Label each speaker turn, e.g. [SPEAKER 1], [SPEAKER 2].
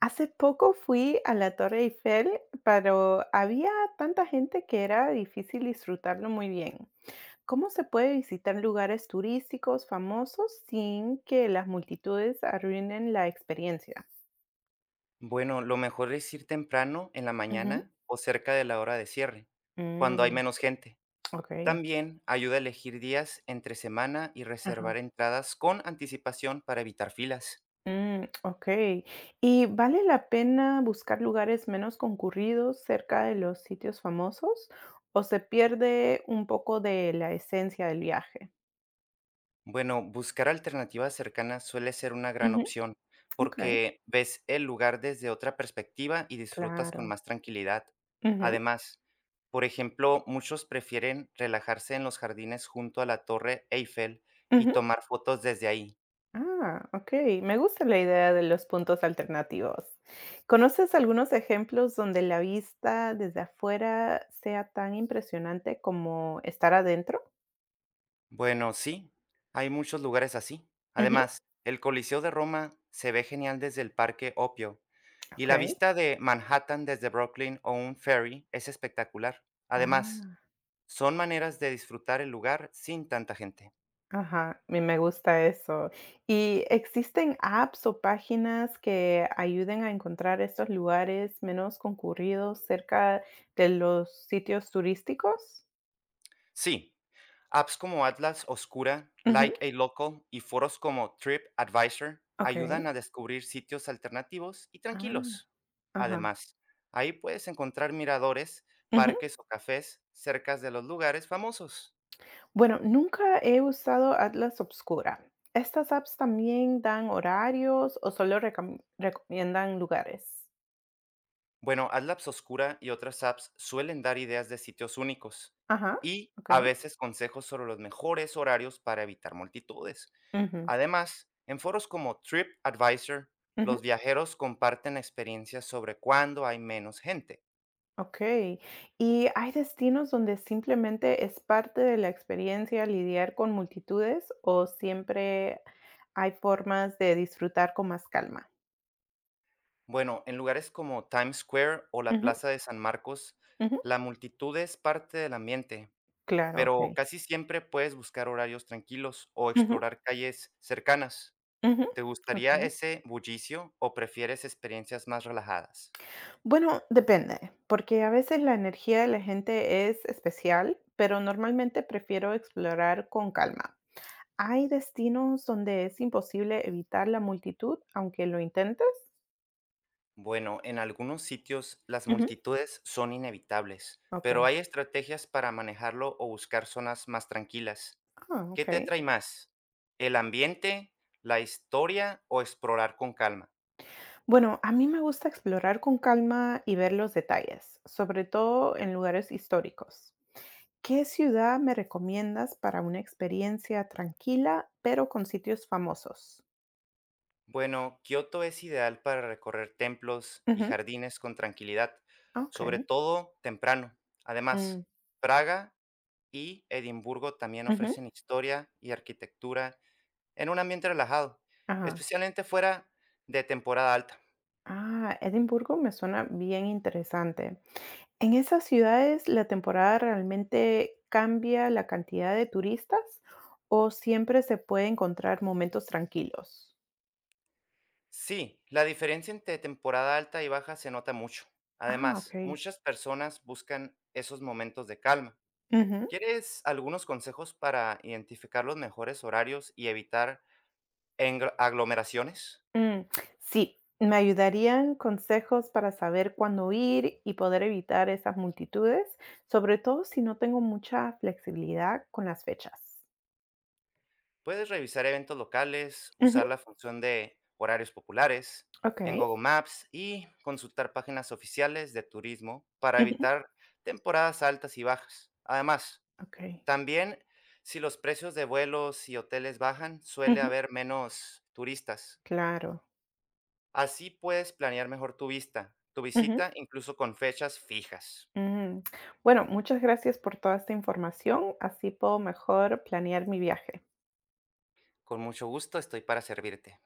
[SPEAKER 1] Hace poco fui a la Torre Eiffel, pero había tanta gente que era difícil disfrutarlo muy bien. ¿Cómo se puede visitar lugares turísticos famosos sin que las multitudes arruinen la experiencia?
[SPEAKER 2] Bueno, lo mejor es ir temprano en la
[SPEAKER 1] Ujú.
[SPEAKER 2] mañana o cerca de la hora de cierre, cuando hay
[SPEAKER 1] Mm,
[SPEAKER 2] menos gente.
[SPEAKER 1] ok.
[SPEAKER 2] También ayuda a elegir días entre semana y
[SPEAKER 1] Ajá.
[SPEAKER 2] reservar entradas con anticipación para evitar filas.
[SPEAKER 1] Ok. ¿Y vale la pena buscar lugares menos concurridos cerca de los sitios famosos o se pierde un poco de la esencia del viaje?
[SPEAKER 2] Bueno, buscar alternativas cercanas suele ser una gran
[SPEAKER 1] Ujú.
[SPEAKER 2] opción
[SPEAKER 1] Ok,
[SPEAKER 2] porque ves el lugar desde otra perspectiva y disfrutas con
[SPEAKER 1] claro.
[SPEAKER 2] más tranquilidad.
[SPEAKER 1] Ujú.
[SPEAKER 2] Además, por ejemplo, muchos prefieren relajarse en los jardines junto a la Torre Eiffel y
[SPEAKER 1] Ujú.
[SPEAKER 2] tomar fotos desde ahí.
[SPEAKER 1] Ah, okey. Me gusta la idea de los puntos alternativos. ¿Conoces algunos ejemplos donde la vista desde afuera sea tan impresionante como estar adentro?
[SPEAKER 2] Bueno, sí, hay muchos lugares así.
[SPEAKER 1] Ujú.
[SPEAKER 2] Además, el Coliseo de Roma se ve genial desde el Parque Opio y la
[SPEAKER 1] Okey.
[SPEAKER 2] vista de Manhattan desde Brooklyn o un ferry es espectacular. Además,
[SPEAKER 1] Ah,
[SPEAKER 2] son maneras de disfrutar el lugar sin tanta gente.
[SPEAKER 1] ajá, me gusta eso. ¿Y existen apps o páginas que ayuden a encontrar estos lugares menos concurridos cerca de los sitios turísticos?
[SPEAKER 2] Sí, apps como Atlas Oscura,
[SPEAKER 1] Ujú.
[SPEAKER 2] Like a Local y foros como TripAdvisor
[SPEAKER 1] Okey.
[SPEAKER 2] ayudan a descubrir sitios alternativos y
[SPEAKER 1] Ah,
[SPEAKER 2] tranquilos.
[SPEAKER 1] ajá.
[SPEAKER 2] Además, ahí puedes encontrar miradores,
[SPEAKER 1] Ujú.
[SPEAKER 2] parques o cafés cerca de los lugares famosos.
[SPEAKER 1] Bueno, nunca he usado Atlas Obscura. ¿Estas apps también dan horarios o solo recomiendan lugares?
[SPEAKER 2] Bueno, AdLabs Oscura y otras apps suelen dar ideas de sitios únicos
[SPEAKER 1] Ajá,
[SPEAKER 2] y
[SPEAKER 1] ok.
[SPEAKER 2] a veces consejos sobre los mejores horarios para evitar multitudes.
[SPEAKER 1] Ujú,
[SPEAKER 2] Además, en foros como TripAdvisor,
[SPEAKER 1] ujú,
[SPEAKER 2] los viajeros comparten experiencias sobre cuándo hay menos gente.
[SPEAKER 1] ok. ¿Y hay destinos donde simplemente es parte de la experiencia lidiar con multitudes o siempre hay formas de disfrutar con más calma?
[SPEAKER 2] Bueno, en lugares como Times Square o la
[SPEAKER 1] Ujú,
[SPEAKER 2] Plaza de San Marcos,
[SPEAKER 1] ujú,
[SPEAKER 2] la multitud es parte del ambiente,
[SPEAKER 1] claro,
[SPEAKER 2] pero
[SPEAKER 1] ok.
[SPEAKER 2] casi siempre puedes buscar horarios tranquilos o
[SPEAKER 1] Ujú,
[SPEAKER 2] explorar calles cercanas.
[SPEAKER 1] ujú,
[SPEAKER 2] ¿Te gustaría
[SPEAKER 1] ok.
[SPEAKER 2] ese bullicio o prefieres experiencias más relajadas?
[SPEAKER 1] Bueno, depende, porque a veces la energía de la gente es especial, pero normalmente prefiero explorar con calma. ¿Hay destinos donde es imposible evitar la multitud, aunque lo intentes?
[SPEAKER 2] Bueno, en algunos sitios las
[SPEAKER 1] Ujú.
[SPEAKER 2] multitudes son inevitables, pero
[SPEAKER 1] Ok.
[SPEAKER 2] hay estrategias para manejarlo o buscar zonas más tranquilas.
[SPEAKER 1] Ah,
[SPEAKER 2] ¿Qué
[SPEAKER 1] ok.
[SPEAKER 2] te trae más? ¿El ambiente, la historia o explorar con calma?
[SPEAKER 1] Bueno, a mí me gusta explorar con calma y ver los detalles, sobre todo en lugares históricos. ¿Qué ciudad me recomiendas para una experiencia tranquila, pero con sitios famosos?
[SPEAKER 2] Bueno, Kioto es ideal para recorrer templos y
[SPEAKER 1] Ujú.
[SPEAKER 2] jardines con tranquilidad,
[SPEAKER 1] Ok.
[SPEAKER 2] sobre todo temprano.
[SPEAKER 1] Mm,
[SPEAKER 2] Además, Praga y Edimburgo también
[SPEAKER 1] Ujú.
[SPEAKER 2] ofrecen historia y arquitectura en un ambiente relajado,
[SPEAKER 1] Ajá.
[SPEAKER 2] especialmente fuera de temporada alta.
[SPEAKER 1] Ah, Edimburgo me suena bien interesante. ¿En esas ciudades la temporada realmente cambia la cantidad de turistas o siempre se puede encontrar momentos tranquilos?
[SPEAKER 2] Sí, la diferencia entre temporada alta y baja se nota mucho.
[SPEAKER 1] Ah, ok.
[SPEAKER 2] Además, muchas personas buscan esos momentos de calma.
[SPEAKER 1] Ujú.
[SPEAKER 2] ¿Quieres algunos consejos para identificar los mejores horarios y evitar aglomeraciones?
[SPEAKER 1] Mm, Sí, me ayudarían consejos para saber cuándo ir y poder evitar esas multitudes, sobre todo si no tengo mucha flexibilidad con las fechas.
[SPEAKER 2] Puedes revisar eventos locales,
[SPEAKER 1] Ujú,
[SPEAKER 2] usar la función de horarios populares
[SPEAKER 1] ok.
[SPEAKER 2] en Google Maps y consultar páginas oficiales de turismo para
[SPEAKER 1] Ujú,
[SPEAKER 2] evitar temporadas altas y bajas. Además,
[SPEAKER 1] ok.
[SPEAKER 2] también si los precios de vuelos y hoteles bajan, suele
[SPEAKER 1] Ujú,
[SPEAKER 2] haber menos turistas.
[SPEAKER 1] claro.
[SPEAKER 2] Así puedes planear mejor tu visita, incluso con fechas fijas.
[SPEAKER 1] Mm. Bueno, muchas gracias por toda esta información, así puedo mejor planear mi viaje.
[SPEAKER 2] Con mucho gusto estoy para servirte.